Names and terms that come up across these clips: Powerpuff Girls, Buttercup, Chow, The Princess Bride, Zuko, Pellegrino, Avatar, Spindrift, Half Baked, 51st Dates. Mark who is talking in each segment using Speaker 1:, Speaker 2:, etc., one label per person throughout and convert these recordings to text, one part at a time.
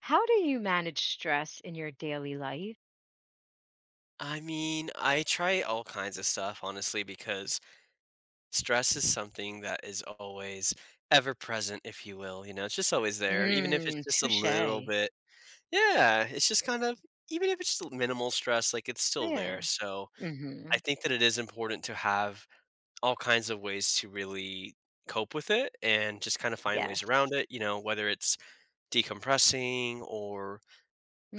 Speaker 1: How do you manage stress in your daily life?
Speaker 2: I mean, I try all kinds of stuff, honestly, because stress is something that is always ever present, if you will. You know, it's just always there, even if it's
Speaker 1: Mm,
Speaker 2: just a little
Speaker 1: touche.
Speaker 2: bit. Yeah, it's just kind of, even if it's just minimal stress, like, it's still there.
Speaker 1: Yeah.
Speaker 2: So I
Speaker 1: Mhm.
Speaker 2: think that it is important to have all kinds of ways to really cope with it and just kind of find
Speaker 1: Yes.
Speaker 2: ways around it, you know, whether it's decompressing or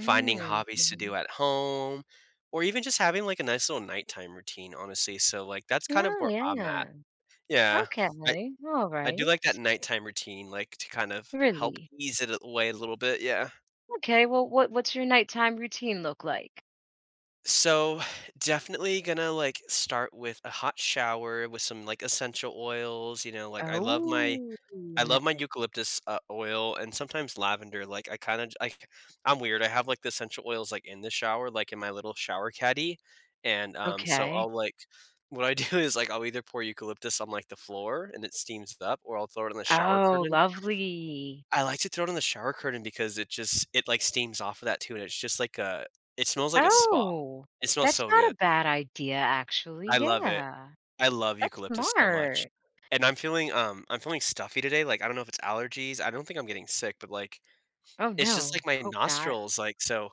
Speaker 2: finding hobbies to do
Speaker 1: mhm.
Speaker 2: at home, or even just having, like, a nice little nighttime routine, honestly, so, like, that's kind of
Speaker 1: Oh,
Speaker 2: where I'm at.
Speaker 1: yeah.
Speaker 2: Yeah.
Speaker 1: Okay.
Speaker 2: I
Speaker 1: All
Speaker 2: I do
Speaker 1: right.
Speaker 2: like that nighttime routine, like, to kind of help
Speaker 1: Really?
Speaker 2: ease it away a little bit, yeah.
Speaker 1: Okay, well, what's your nighttime routine look like?
Speaker 2: So, definitely gonna, like, start with a hot shower with some, like, essential oils, you know, like,
Speaker 1: Oh,
Speaker 2: I
Speaker 1: n
Speaker 2: love my eucalyptus, oil and sometimes lavender, like, I kinda like, I'm weird, I have, like, the essential oils, like, in the shower, like, in my little shower caddy, and, so
Speaker 1: okay.
Speaker 2: I'll, like, what I do is, like, I'll either pour eucalyptus on, like, the floor and it steams up, or I'll throw it on the shower
Speaker 1: Oh,
Speaker 2: curtain.
Speaker 1: lovely.
Speaker 2: I like to throw it on the shower curtain because it just like, steams off of that too, and it's just like a it smells like a spa.
Speaker 1: Oh,
Speaker 2: It smells
Speaker 1: that's
Speaker 2: so
Speaker 1: not a
Speaker 2: good.
Speaker 1: bad idea, actually,
Speaker 2: I love it.
Speaker 1: yeah.
Speaker 2: I love
Speaker 1: That's
Speaker 2: eucalyptus so much.
Speaker 1: smart.
Speaker 2: And I'm feeling stuffy today, like, I don't know if it's allergies, I don't think I'm getting sick, but, like,
Speaker 1: Oh,
Speaker 2: it's just, like,
Speaker 1: no.
Speaker 2: my
Speaker 1: Hope not.
Speaker 2: nostrils, like, so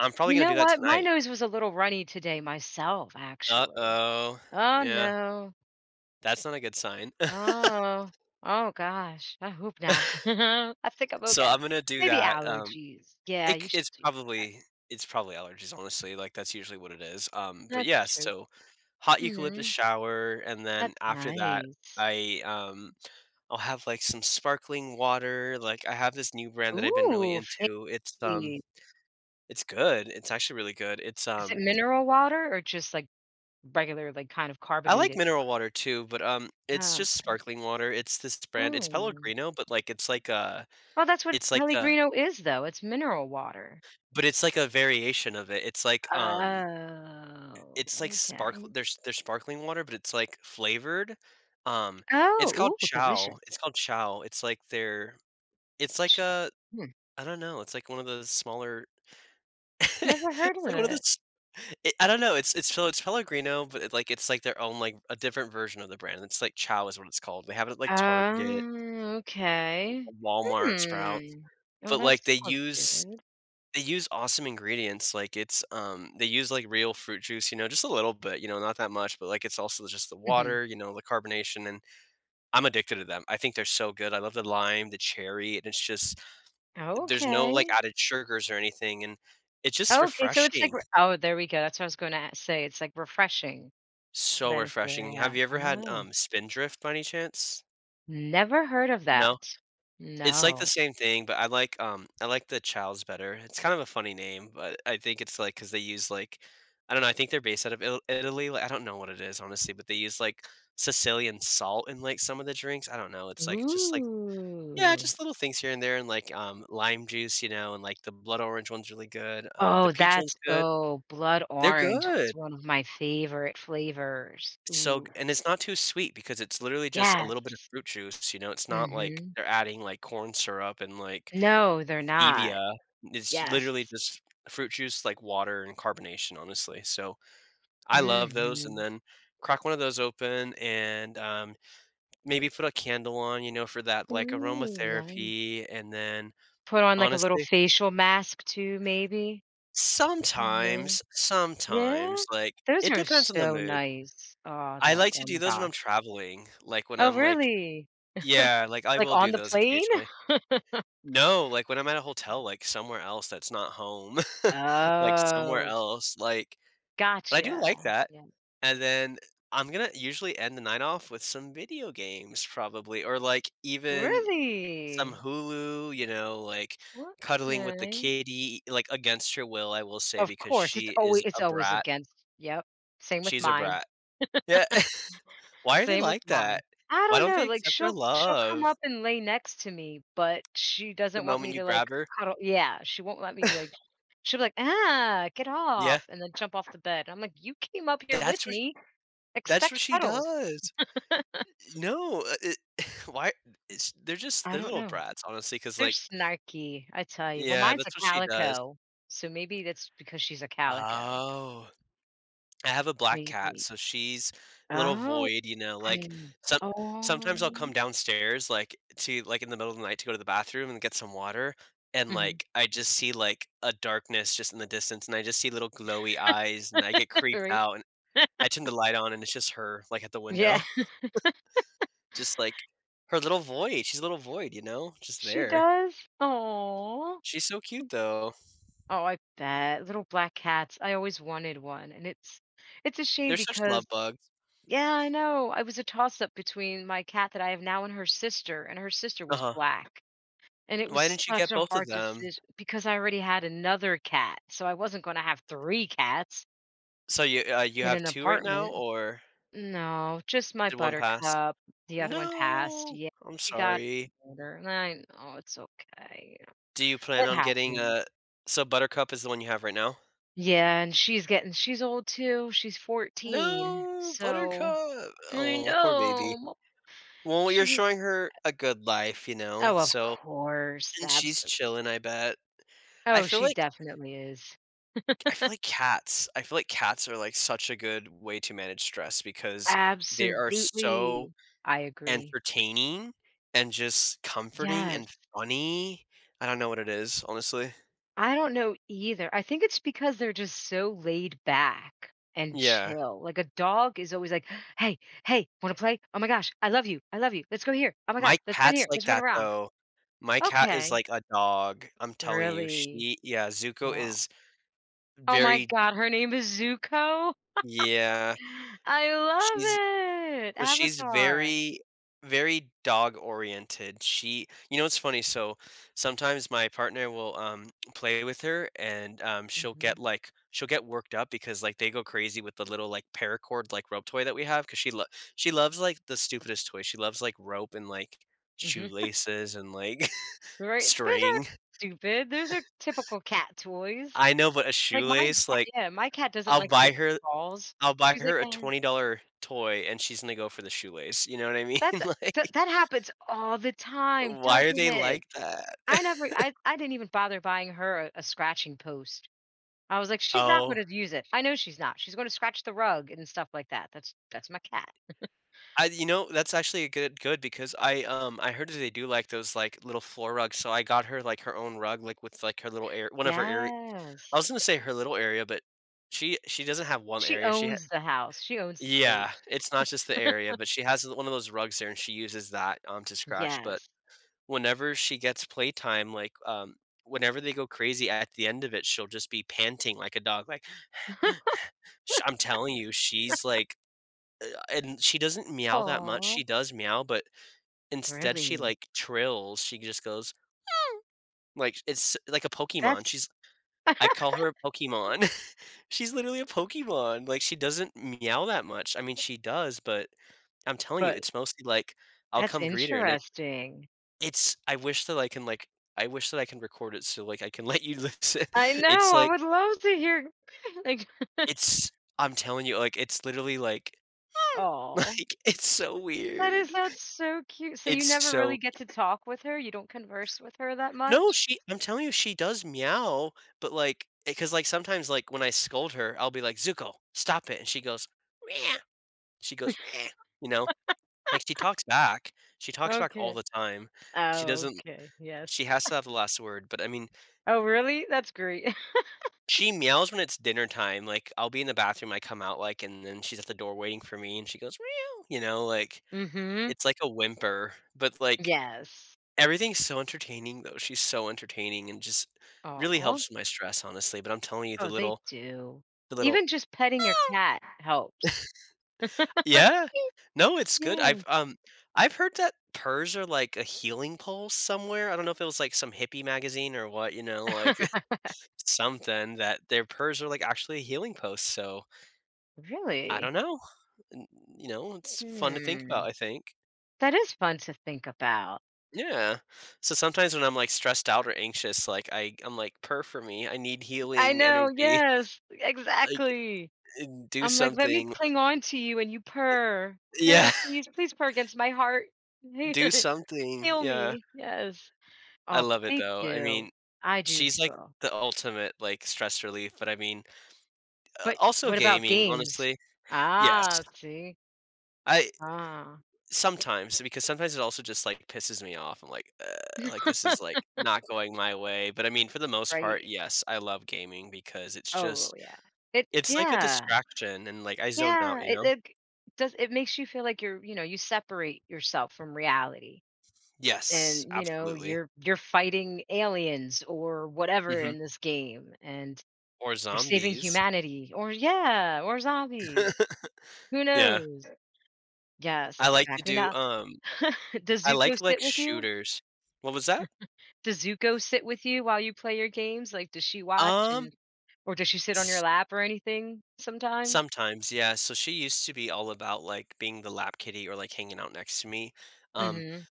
Speaker 2: I'm probably
Speaker 1: You
Speaker 2: gonna
Speaker 1: know
Speaker 2: do that
Speaker 1: what? My
Speaker 2: tonight.
Speaker 1: nose was a little runny today myself, actually.
Speaker 2: Uh-oh.
Speaker 1: Oh,
Speaker 2: Yeah,
Speaker 1: no.
Speaker 2: that's not a good sign.
Speaker 1: Oh. Oh, gosh. I hope not. I think I'm
Speaker 2: So
Speaker 1: okay.
Speaker 2: I'm gonna do
Speaker 1: Maybe
Speaker 2: that,
Speaker 1: allergies. Yeah,
Speaker 2: it c
Speaker 1: you should do.
Speaker 2: it's probably allergies, honestly, like, that's usually what it is, but
Speaker 1: That's
Speaker 2: yeah,
Speaker 1: true.
Speaker 2: so hot eucalyptus
Speaker 1: Mm,
Speaker 2: shower, and then
Speaker 1: that's
Speaker 2: after that,
Speaker 1: nice.
Speaker 2: I I'll have, like, some sparkling water, like, I have this new brand that I've been really
Speaker 1: Ooh,
Speaker 2: into, it's, um,
Speaker 1: fancy.
Speaker 2: it's good, it's actually really good, it's,
Speaker 1: Is it
Speaker 2: um,
Speaker 1: mineral water or just, like, regular, like, kind of
Speaker 2: I like
Speaker 1: carbonated?
Speaker 2: mineral water too, but, it's
Speaker 1: Oh.
Speaker 2: just sparkling water, it's this brand it's
Speaker 1: Mm.
Speaker 2: Pellegrino, but, like,
Speaker 1: Well, that's what
Speaker 2: it's like a
Speaker 1: Pellegrino is, though. It's mineral water.
Speaker 2: but it's like a variation of it, it's like, um,
Speaker 1: Oh,
Speaker 2: it's like sparkl
Speaker 1: okay.
Speaker 2: there's sparkling water, but it's, like, flavored, um, it's called
Speaker 1: Oh, ooh,
Speaker 2: Chow.
Speaker 1: delicious.
Speaker 2: It's called Chow. It's like their it's like
Speaker 1: Chop.
Speaker 2: a
Speaker 1: Hmm.
Speaker 2: I don't know, it's like one of those smaller
Speaker 1: Never heard
Speaker 2: it's
Speaker 1: of
Speaker 2: like one of
Speaker 1: it.
Speaker 2: those it I don't know, it's so it's Pellegrino, but it, like, it's like their own, like, a different version of the brand. It's like Chow is what it's called. They have it at, like, Target,
Speaker 1: Oh, okay.
Speaker 2: Walmart, Sprouts,
Speaker 1: Hmm. Oh,
Speaker 2: but,
Speaker 1: that
Speaker 2: like,
Speaker 1: sounds good.
Speaker 2: they use awesome ingredients, like, it's, um, they use, like, real fruit juice, you know, just a little bit, you know, not that much, but, like, it's also just the
Speaker 1: Mhm.
Speaker 2: water, you know, the carbonation, and I'm addicted to them. I think they're so good. I love the lime, the cherry, and it's just there's no, like,
Speaker 1: Okay.
Speaker 2: added sugars or anything, and it's just
Speaker 1: Okay, so it's like
Speaker 2: refreshing.
Speaker 1: re oh, there we go. That's what I was gonna say. It's like refreshing
Speaker 2: So
Speaker 1: then for,
Speaker 2: refreshing. Have
Speaker 1: yeah.
Speaker 2: you ever had,
Speaker 1: Oh,
Speaker 2: Spindrift by any chance?
Speaker 1: never heard of
Speaker 2: No?
Speaker 1: that.
Speaker 2: It's like the
Speaker 1: No.
Speaker 2: same thing, but I like the Chow's better. It's kind of a funny name, but I think it's, like, because they use, like, I don't know, I think they're based out of Ital Italy, like, I don't know what it is, honestly, but they use, like, Sicilian salt in, like, some of the drinks. I don't know, it's, like, just, like, yeah,
Speaker 1: Ooh.
Speaker 2: just little things here and there and, like, lime juice, you know, and, like, the blood orange one's really good, the
Speaker 1: Oh,
Speaker 2: peach
Speaker 1: that's
Speaker 2: one's good.
Speaker 1: oh, blood
Speaker 2: They're
Speaker 1: orange is
Speaker 2: good.
Speaker 1: one of my favorite flavors.
Speaker 2: So
Speaker 1: Ooh,
Speaker 2: g and it's not too sweet because it's literally just a little bit of
Speaker 1: yes.
Speaker 2: fruit juice, you know, it's
Speaker 1: Mm.
Speaker 2: not like
Speaker 1: Mhm.
Speaker 2: they're adding, like, corn syrup and, like,
Speaker 1: No, they're not.
Speaker 2: stevia. It's
Speaker 1: Yes.
Speaker 2: literally just fruit juice, like, water and carbonation, honestly, so I
Speaker 1: Mm.
Speaker 2: love those, and
Speaker 1: Mhm.
Speaker 2: then crack one of those open and, maybe put a candle on, you know, for that, like,
Speaker 1: Ooh, nice.
Speaker 2: aromatherapy, and then
Speaker 1: Put on, like, a little
Speaker 2: honestly,
Speaker 1: facial mask too, maybe. No.
Speaker 2: sometimes,
Speaker 1: Yeah?
Speaker 2: sometimes, like,
Speaker 1: Those
Speaker 2: it
Speaker 1: are
Speaker 2: depends on the
Speaker 1: so
Speaker 2: mood.
Speaker 1: nice. Oh,
Speaker 2: I
Speaker 1: that
Speaker 2: like to
Speaker 1: oh
Speaker 2: do
Speaker 1: my
Speaker 2: those when I'm
Speaker 1: gosh.
Speaker 2: traveling, like, when
Speaker 1: Oh,
Speaker 2: I'm, like,
Speaker 1: really?
Speaker 2: yeah, like, I
Speaker 1: Like,
Speaker 2: will
Speaker 1: on
Speaker 2: do
Speaker 1: the
Speaker 2: those
Speaker 1: plane?
Speaker 2: occasionally. No, like, when I'm at a hotel, like, somewhere else that's not home, like, somewhere
Speaker 1: Oh,
Speaker 2: else, like but I do
Speaker 1: gotcha.
Speaker 2: like that,
Speaker 1: Yeah.
Speaker 2: and then I'm gonna usually end the night off with some video games probably, or, like, even some
Speaker 1: Really?
Speaker 2: Hulu, you know, like, cuddling with the
Speaker 1: Okay.
Speaker 2: kitty, like, against her will, I will say,
Speaker 1: Of
Speaker 2: because
Speaker 1: course, it's
Speaker 2: she
Speaker 1: always
Speaker 2: is
Speaker 1: it's
Speaker 2: a
Speaker 1: always
Speaker 2: brat.
Speaker 1: against, yep, same with
Speaker 2: She's a
Speaker 1: mine.
Speaker 2: brat. Yeah. Why are they
Speaker 1: Same with
Speaker 2: like
Speaker 1: mine.
Speaker 2: that?
Speaker 1: I
Speaker 2: Why
Speaker 1: don't
Speaker 2: don't
Speaker 1: know,
Speaker 2: they
Speaker 1: like,
Speaker 2: accept our
Speaker 1: she'll come
Speaker 2: love
Speaker 1: up and lay next to me, but she
Speaker 2: the
Speaker 1: doesn't want me
Speaker 2: moment you
Speaker 1: to,
Speaker 2: grab
Speaker 1: like,
Speaker 2: her?
Speaker 1: cuddle. Yeah, she won't let me, like, she'll be like, "Ah, get
Speaker 2: Yeah,
Speaker 1: off," and then jump off the bed. I'm like, "You came up here with
Speaker 2: that's what
Speaker 1: me,
Speaker 2: that's what
Speaker 1: expect
Speaker 2: she
Speaker 1: cuddles."
Speaker 2: does. No, it why it's they're just
Speaker 1: I
Speaker 2: they're
Speaker 1: don't
Speaker 2: little
Speaker 1: know.
Speaker 2: brats, honestly. Because
Speaker 1: They're
Speaker 2: like,
Speaker 1: snarky, I tell you. Well,
Speaker 2: yeah,
Speaker 1: mine's a
Speaker 2: that's what she does.
Speaker 1: calico, so maybe that's because she's a calico.
Speaker 2: Oh, I have a black cat,
Speaker 1: Maybe.
Speaker 2: so she's a little
Speaker 1: Oh,
Speaker 2: void, you know, like,
Speaker 1: I'm
Speaker 2: some sometimes I'll come
Speaker 1: oh.
Speaker 2: downstairs, like, to like, in the middle of the night to go to the bathroom and get some water, and,
Speaker 1: Mhm.
Speaker 2: like, I just see, like, a darkness just in the distance, and I just see little glowy eyes, and I get creeped
Speaker 1: Right?
Speaker 2: out, and I turn the light on, and it's just her, like, at the window.
Speaker 1: Yeah.
Speaker 2: Just like her little void. She's a little void, you know, just
Speaker 1: She
Speaker 2: there.
Speaker 1: does? Oh.
Speaker 2: She's so cute though.
Speaker 1: Oh, I bet. Little black cats. I always wanted one. And it's a shame
Speaker 2: They're such love
Speaker 1: because,
Speaker 2: bugs.
Speaker 1: yeah, I know. I was a toss up between my cat that I have now and her sister was
Speaker 2: Uh-huh.
Speaker 1: black. And it
Speaker 2: Why
Speaker 1: was
Speaker 2: didn't you
Speaker 1: such
Speaker 2: get
Speaker 1: a
Speaker 2: both of
Speaker 1: hard
Speaker 2: them?
Speaker 1: decision because I already had another cat. So I wasn't going to have three cats
Speaker 2: So you
Speaker 1: in
Speaker 2: have
Speaker 1: an
Speaker 2: 2 right now
Speaker 1: apartment.
Speaker 2: or
Speaker 1: No, just my
Speaker 2: did 1 pass?
Speaker 1: Buttercup. The other one passed.
Speaker 2: No.
Speaker 1: Yeah,
Speaker 2: I'm
Speaker 1: she got
Speaker 2: sorry.
Speaker 1: older. And I know it's okay.
Speaker 2: Do you plan
Speaker 1: It
Speaker 2: on getting
Speaker 1: happens.
Speaker 2: a so Buttercup is the one you have right now?
Speaker 1: Yeah, and she's old too, she's 14,
Speaker 2: No,
Speaker 1: so
Speaker 2: Buttercup.
Speaker 1: I
Speaker 2: Oh, poor baby.
Speaker 1: know, mo
Speaker 2: Well, you're
Speaker 1: she's.
Speaker 2: showing her a good life, you know,
Speaker 1: Oh, of
Speaker 2: so
Speaker 1: course,
Speaker 2: and she's chilling,
Speaker 1: absolutely.
Speaker 2: I bet. I
Speaker 1: Oh,
Speaker 2: feel
Speaker 1: she
Speaker 2: like
Speaker 1: definitely is.
Speaker 2: I feel like cats are like such a good way to manage stress because they are so
Speaker 1: Absolutely. I agree.
Speaker 2: entertaining and just comforting
Speaker 1: Yes.
Speaker 2: and funny. I don't know what it is, honestly.
Speaker 1: I don't know either, I think it's because they're just so laid back and
Speaker 2: Yeah.
Speaker 1: chill, like, a dog is always like, "Hey, hey, wanna play? Oh my gosh, I love you, let's go here, oh my
Speaker 2: My
Speaker 1: god, let's run
Speaker 2: cat's
Speaker 1: here,
Speaker 2: like
Speaker 1: let's run
Speaker 2: that
Speaker 1: around."
Speaker 2: though. My cat is
Speaker 1: Okay.
Speaker 2: like a dog. I'm telling you.
Speaker 1: Really?
Speaker 2: She yeah, Zuko
Speaker 1: Wow.
Speaker 2: is
Speaker 1: Oh my
Speaker 2: very
Speaker 1: god, her name is Zuko?
Speaker 2: yeah.
Speaker 1: I
Speaker 2: She's
Speaker 1: love it!
Speaker 2: so she's
Speaker 1: Avatar.
Speaker 2: very, very dog oriented. She, you know, it's funny. So sometimes my partner will play with her, and she'll get
Speaker 1: Mhm,
Speaker 2: like she'll get worked up because like they go crazy with the little like paracord like rope toy that we have because she lo- she loves like the stupidest toys. She loves like rope and like
Speaker 1: mhm.
Speaker 2: shoelaces and like
Speaker 1: Right? Those are
Speaker 2: string.
Speaker 1: stupid, those are typical cat toys.
Speaker 2: I know, but a
Speaker 1: Like, my
Speaker 2: shoelace
Speaker 1: cat,
Speaker 2: like
Speaker 1: yeah, my cat doesn't
Speaker 2: I'll
Speaker 1: like the
Speaker 2: buy her
Speaker 1: balls.
Speaker 2: I'll buy
Speaker 1: She's like,
Speaker 2: her a
Speaker 1: "Eh."
Speaker 2: $20 toy, and she's gonna go for the shoelace. You know what I mean?
Speaker 1: That's
Speaker 2: Like.
Speaker 1: that happens all the time,
Speaker 2: Why are
Speaker 1: doesn't
Speaker 2: they
Speaker 1: it?
Speaker 2: like that?
Speaker 1: I never I I didn't even bother buying her a scratching post. I was like, "She's not
Speaker 2: Oh,
Speaker 1: gonna use it." I know she's not, she's gonna scratch the rug and stuff like that. That's my cat.
Speaker 2: I you know, that's actually a good because I heard that they do like those, like, little floor rugs, so I got her, like, her own rug, like, with, like, her little ar one of her area I
Speaker 1: Yes.
Speaker 2: was gonna say her little area, but she doesn't have one
Speaker 1: She
Speaker 2: area, she ha
Speaker 1: owns the house, she owns the place.
Speaker 2: yeah, it's not just the area, but she has one of those rugs there, and she uses that, to scratch, but
Speaker 1: Yes.
Speaker 2: whenever she gets playtime, like, whenever they go crazy at the end of it, she'll just be panting like a dog, like, sh I'm telling you, she's, like, uh, and she doesn't meow that much, she
Speaker 1: Oh,
Speaker 2: does meow, but instead she,
Speaker 1: really?
Speaker 2: like, trills, she just goes like, it's like a Pokemon,
Speaker 1: That's
Speaker 2: she's I call her a Pokemon. She's literally a Pokemon, like, she doesn't meow that much, I mean, she does, but I'm telling you,
Speaker 1: but
Speaker 2: it's mostly, like, I'll
Speaker 1: that's
Speaker 2: come greet her, and it
Speaker 1: interesting.
Speaker 2: it's I wish that I can, like, I wish that I can record it so, like, I can let you listen.
Speaker 1: I
Speaker 2: It's
Speaker 1: know, I
Speaker 2: like
Speaker 1: would love to hear like,
Speaker 2: it's I'm telling you, like, it's literally like
Speaker 1: oh,
Speaker 2: like, it's so
Speaker 1: that is
Speaker 2: weird.
Speaker 1: sounds so cute. So you
Speaker 2: It's
Speaker 1: never
Speaker 2: so
Speaker 1: really get to talk with her? You don't converse with her that
Speaker 2: no,
Speaker 1: much?
Speaker 2: she I'm telling you, she does meow, but, like, because like, sometimes, like, when I scold her, I'll be like, "Zuko, stop it," and she goes, "Meow." She goes, "Meow," you know? Like, she talks back. She talks back all
Speaker 1: Okay.
Speaker 2: the time. She
Speaker 1: Oh,
Speaker 2: doesn't
Speaker 1: okay, yes.
Speaker 2: she has to have the last word, but, I mean,
Speaker 1: Oh, really? That's great.
Speaker 2: she meows when it's dinner time, like, I'll be in the bathroom, I come out, like, and then she's at the door waiting for me, and she goes, "Meow," you know? Like,
Speaker 1: Mhm.
Speaker 2: it's like a whimper, but, like,
Speaker 1: Yes.
Speaker 2: everything's so entertaining, though, she's so entertaining and just really
Speaker 1: Oh.
Speaker 2: helps with my stress, honestly, but I'm telling you, the
Speaker 1: Oh, they
Speaker 2: little
Speaker 1: do.
Speaker 2: the little
Speaker 1: Even just petting your cat helps.
Speaker 2: Yeah. No, it's good.
Speaker 1: Yeah.
Speaker 2: I've I've heard that purrs are like a healing pulse somewhere. I don't know if it was, like, some hippie magazine or what, you know, like, something that their purrs are, like, actually a healing post, so I don't
Speaker 1: Really?
Speaker 2: know, n you know, it's fun to think
Speaker 1: Hmm.
Speaker 2: about, I think.
Speaker 1: That is fun to think about.
Speaker 2: Yeah. So sometimes when I'm, like, stressed out or anxious, like, I'm like, "Purr for me, I need
Speaker 1: I
Speaker 2: healing
Speaker 1: know,
Speaker 2: energy."
Speaker 1: yes,
Speaker 2: Like
Speaker 1: exactly.
Speaker 2: And do
Speaker 1: I'm like, "Let me
Speaker 2: something
Speaker 1: cling on to you and you purr.
Speaker 2: Yeah,
Speaker 1: Purr, please, please purr against my heart.
Speaker 2: do something,
Speaker 1: Heal
Speaker 2: yeah.
Speaker 1: me." Yes.
Speaker 2: I
Speaker 1: Oh, but
Speaker 2: love it
Speaker 1: they
Speaker 2: though, I
Speaker 1: do.
Speaker 2: mean,
Speaker 1: I do
Speaker 2: she's like
Speaker 1: too.
Speaker 2: the ultimate, like, stress relief, but I mean,
Speaker 1: But
Speaker 2: also
Speaker 1: what about
Speaker 2: gaming,
Speaker 1: games?
Speaker 2: honestly. Yes,
Speaker 1: Ah, see?
Speaker 2: I
Speaker 1: Ah.
Speaker 2: sometimes, because sometimes it also just, like, pisses me off, I'm like, "Ugh," like, "This is, like, not going my way," but I mean, for the most part,
Speaker 1: Right.
Speaker 2: yes, I love gaming because it's
Speaker 1: Oh,
Speaker 2: just
Speaker 1: yeah. It,
Speaker 2: it's like a
Speaker 1: yeah.
Speaker 2: distraction and, like, I zone out,
Speaker 1: Yeah,
Speaker 2: you
Speaker 1: it
Speaker 2: know?
Speaker 1: it does it makes you feel like you're, you separate yourself from reality.
Speaker 2: Yes,
Speaker 1: And you know
Speaker 2: absolutely.
Speaker 1: you're fighting aliens or whatever
Speaker 2: Mhm.
Speaker 1: in this game, and
Speaker 2: Or
Speaker 1: you're saving
Speaker 2: zombies.
Speaker 1: humanity, or yeah, or zombies, who
Speaker 2: Yeah.
Speaker 1: knows, yes,
Speaker 2: I like to
Speaker 1: exactly,
Speaker 2: do,
Speaker 1: now. does
Speaker 2: I
Speaker 1: zuko
Speaker 2: like,
Speaker 1: sit with you
Speaker 2: shooters. What was that?
Speaker 1: does zuko sit with you while you play your games, like, does she watch,
Speaker 2: Um,
Speaker 1: and, or does she sit on your
Speaker 2: s
Speaker 1: lap or anything sometimes?
Speaker 2: sometimes, yeah, so she used to be all about, like, being the lap kitty or, like, hanging out next to me, um,
Speaker 1: Mm-hmm.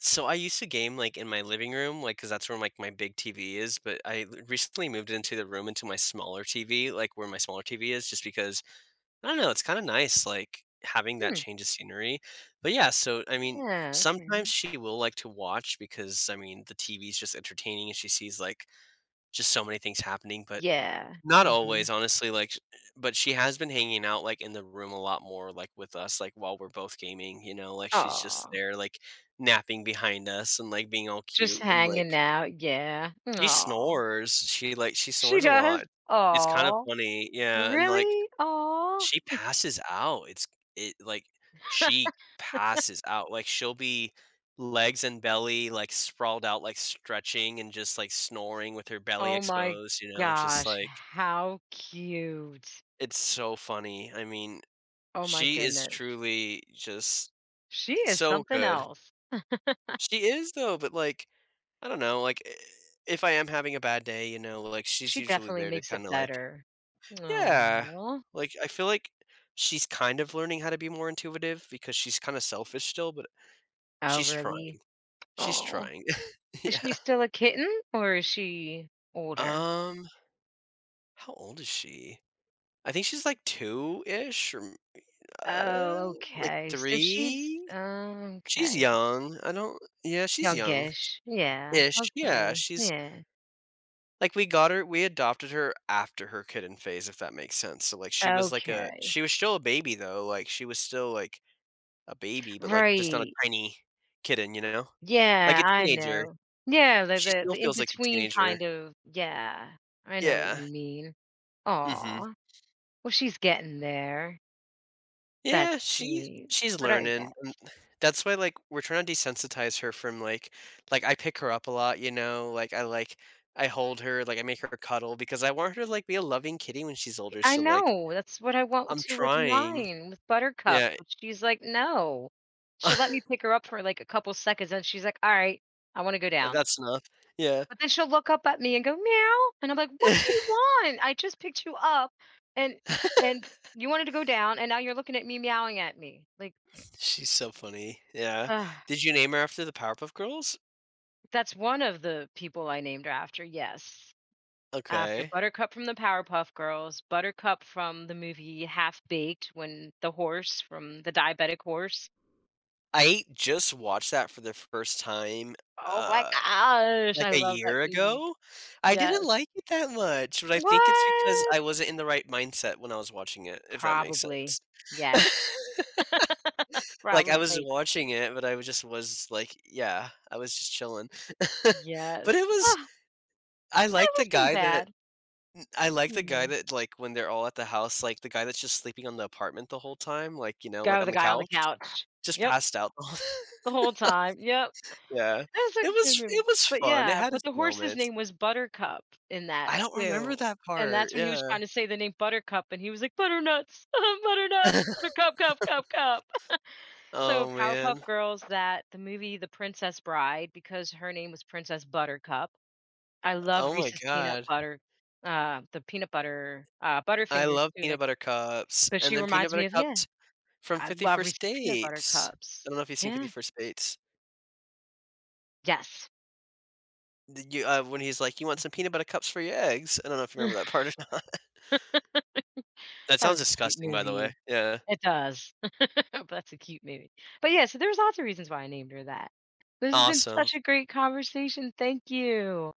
Speaker 2: so I used to game, like, in my living room, like because that's where, like, my big TV is, but I l recently moved into the room into my smaller TV, like, where my smaller TV is just because, I don't know, it's kinda nice, like, having that
Speaker 1: Mm.
Speaker 2: change of scenery, but yeah, so, I mean,
Speaker 1: Yeah,
Speaker 2: sometimes
Speaker 1: okay.
Speaker 2: she will like to watch because, I mean, the TV's just entertaining and she sees, like, just so many things happening, but
Speaker 1: Yeah.
Speaker 2: not
Speaker 1: Mm-hmm.
Speaker 2: always, honestly, like, sh but she has been hanging out, like, in the room a lot more, like, with us, like, while we're both gaming, you know, like, she's just
Speaker 1: Oh,
Speaker 2: there, like, napping behind us and, like, being all
Speaker 1: just
Speaker 2: cute and, like
Speaker 1: hanging out, yeah.
Speaker 2: she
Speaker 1: Oh,
Speaker 2: snores. She
Speaker 1: she
Speaker 2: snores a
Speaker 1: does.
Speaker 2: lot. It's kind of
Speaker 1: Oh.
Speaker 2: funny, yeah, and, like,
Speaker 1: Really? Oh.
Speaker 2: she passes out. It like, she passes out, like, she'll be legs and belly, like, sprawled out, like, stretching and just, like, snoring with her belly
Speaker 1: Oh my
Speaker 2: exposed, you know, just
Speaker 1: gosh,
Speaker 2: like
Speaker 1: how cute.
Speaker 2: it's so funny. I mean,
Speaker 1: Oh my
Speaker 2: she is
Speaker 1: goodness.
Speaker 2: truly just
Speaker 1: She is
Speaker 2: so
Speaker 1: something
Speaker 2: good.
Speaker 1: else.
Speaker 2: She is though, but like, I don't know, like, I if I am having a bad day, you know, like, she's
Speaker 1: She
Speaker 2: usually
Speaker 1: definitely
Speaker 2: there to
Speaker 1: makes it
Speaker 2: kinda like
Speaker 1: better.
Speaker 2: Yeah.
Speaker 1: Aw.
Speaker 2: Like, I feel like she's kind of learning how to be more intuitive because she's kinda selfish still, but
Speaker 1: Oh,
Speaker 2: she's
Speaker 1: really?
Speaker 2: trying. She's
Speaker 1: Oh,
Speaker 2: trying.
Speaker 1: is
Speaker 2: Yeah.
Speaker 1: she still a kitten, or is she older?
Speaker 2: Um, how old is she? I think she's like 2-ish or m uh,
Speaker 1: Oh,
Speaker 2: like
Speaker 1: okay. So she's
Speaker 2: 3?
Speaker 1: oh,
Speaker 2: She's
Speaker 1: okay.
Speaker 2: young. I don't yeah, she's
Speaker 1: Youngish. Yeah.
Speaker 2: young-ish. Yeah,
Speaker 1: Okay.
Speaker 2: she's
Speaker 1: Yeah.
Speaker 2: like, we got her we adopted her after her kitten phase, if that makes sense. So, like,
Speaker 1: Okay.
Speaker 2: she was still a baby, though. Like, she was still, like, a baby, but, like, just not a
Speaker 1: Right.
Speaker 2: tiny kitten, you know? Like a
Speaker 1: Yeah, I
Speaker 2: teenager.
Speaker 1: know. Yeah, the
Speaker 2: She
Speaker 1: the
Speaker 2: still
Speaker 1: the in
Speaker 2: feels like a
Speaker 1: between,
Speaker 2: teenager.
Speaker 1: kind of, yeah, I know what
Speaker 2: Yeah.
Speaker 1: you mean.
Speaker 2: Mhm.
Speaker 1: Aw, well, she's getting there. That's
Speaker 2: Yeah, she
Speaker 1: sweet.
Speaker 2: she's
Speaker 1: But I yeah,
Speaker 2: learning, and that's why, like, we're trying to desensitize her from, like, I pick her up a lot, you know? Like, I hold her, like, I make her cuddle because I want her to, like, be a loving kitty when she's older,
Speaker 1: I
Speaker 2: so, like,
Speaker 1: know, that's what I want
Speaker 2: I'm
Speaker 1: to with
Speaker 2: trying.
Speaker 1: mine, with Buttercup,
Speaker 2: Yeah,
Speaker 1: but she's like, "No." She'll let me pick her up for, like, a couple seconds, and she's like, "Alright, I wanna go
Speaker 2: and
Speaker 1: down."
Speaker 2: that's enough. Yeah.
Speaker 1: But then she'll look up at me and go, "Meow," and I'm like, "What do you want? I just picked you up, and and you wanted to go down, and now you're looking at me meowing at me." Like.
Speaker 2: She's so funny. Yeah.
Speaker 1: Uh,
Speaker 2: Did you name her after the Powerpuff Girls?
Speaker 1: that's one of the people I named her after, yes. After
Speaker 2: Okay.
Speaker 1: Buttercup from the Powerpuff Girls, Buttercup from the movie Half Baked when the horse, from the diabetic horse.
Speaker 2: I just watched that for the first time,
Speaker 1: Oh my
Speaker 2: uh
Speaker 1: gosh,
Speaker 2: like
Speaker 1: I
Speaker 2: a
Speaker 1: love that
Speaker 2: year
Speaker 1: movie.
Speaker 2: ago? I
Speaker 1: Yes.
Speaker 2: didn't like it that much, but I think it's because I
Speaker 1: What?
Speaker 2: wasn't in the right mindset when I was watching it, if that makes
Speaker 1: Probably.
Speaker 2: sense.
Speaker 1: Yes.
Speaker 2: Like, I was
Speaker 1: Probably.
Speaker 2: watching it, but I was like, yeah, I was just chilling. But it
Speaker 1: Yes.
Speaker 2: was
Speaker 1: Oh,
Speaker 2: I
Speaker 1: that
Speaker 2: like the
Speaker 1: wasn't
Speaker 2: guy that
Speaker 1: bad.
Speaker 2: I like the
Speaker 1: You
Speaker 2: guy
Speaker 1: know.
Speaker 2: that, like, when they're all at the house, like, the guy that's just sleeping on the apartment the whole time, like, you know,
Speaker 1: Guy
Speaker 2: like,
Speaker 1: with
Speaker 2: on
Speaker 1: the
Speaker 2: the
Speaker 1: guy on the
Speaker 2: couch,
Speaker 1: couch.
Speaker 2: just
Speaker 1: Yep.
Speaker 2: passed out.
Speaker 1: The whole time. Yep.
Speaker 2: Yeah.
Speaker 1: That's a
Speaker 2: It
Speaker 1: good movie.
Speaker 2: was
Speaker 1: But
Speaker 2: fun, it
Speaker 1: yeah,
Speaker 2: had its
Speaker 1: but the horse's
Speaker 2: moments.
Speaker 1: name was Buttercup in that
Speaker 2: I don't remember
Speaker 1: too,
Speaker 2: that
Speaker 1: and
Speaker 2: part,
Speaker 1: that's when he was
Speaker 2: yeah.
Speaker 1: trying to say the name Buttercup, and he was like, "Butternuts, butternut, buttercup, cup, cup, cup." So
Speaker 2: Oh,
Speaker 1: Powerpuff
Speaker 2: man.
Speaker 1: Girls, that the movie The Princess Bride, because her name was Princess Buttercup. I
Speaker 2: Oh
Speaker 1: love
Speaker 2: my
Speaker 1: Reese's peanut
Speaker 2: god.
Speaker 1: butter, the peanut butter,
Speaker 2: I
Speaker 1: Butterfingers
Speaker 2: love
Speaker 1: too.
Speaker 2: peanut
Speaker 1: Like,
Speaker 2: butter cups,
Speaker 1: but
Speaker 2: and
Speaker 1: she
Speaker 2: then peanut
Speaker 1: reminds
Speaker 2: butter
Speaker 1: me of, yeah,
Speaker 2: cups from
Speaker 1: I love
Speaker 2: 51st
Speaker 1: Reese's peanut butter
Speaker 2: Dates. I
Speaker 1: cups.
Speaker 2: don't know if you've seen
Speaker 1: Yeah,
Speaker 2: 51st Dates.
Speaker 1: yes,
Speaker 2: The you when he's like, "You want some peanut butter cups for your eggs?" I don't know if you remember that part or not. That
Speaker 1: that
Speaker 2: sounds
Speaker 1: was a cute
Speaker 2: disgusting, by the way.
Speaker 1: movie.
Speaker 2: Yeah.
Speaker 1: It does. That's a cute, maybe. But yeah, so there's lots of reasons why I named her that. This has been
Speaker 2: Awesome.
Speaker 1: such a great conversation. Thank you.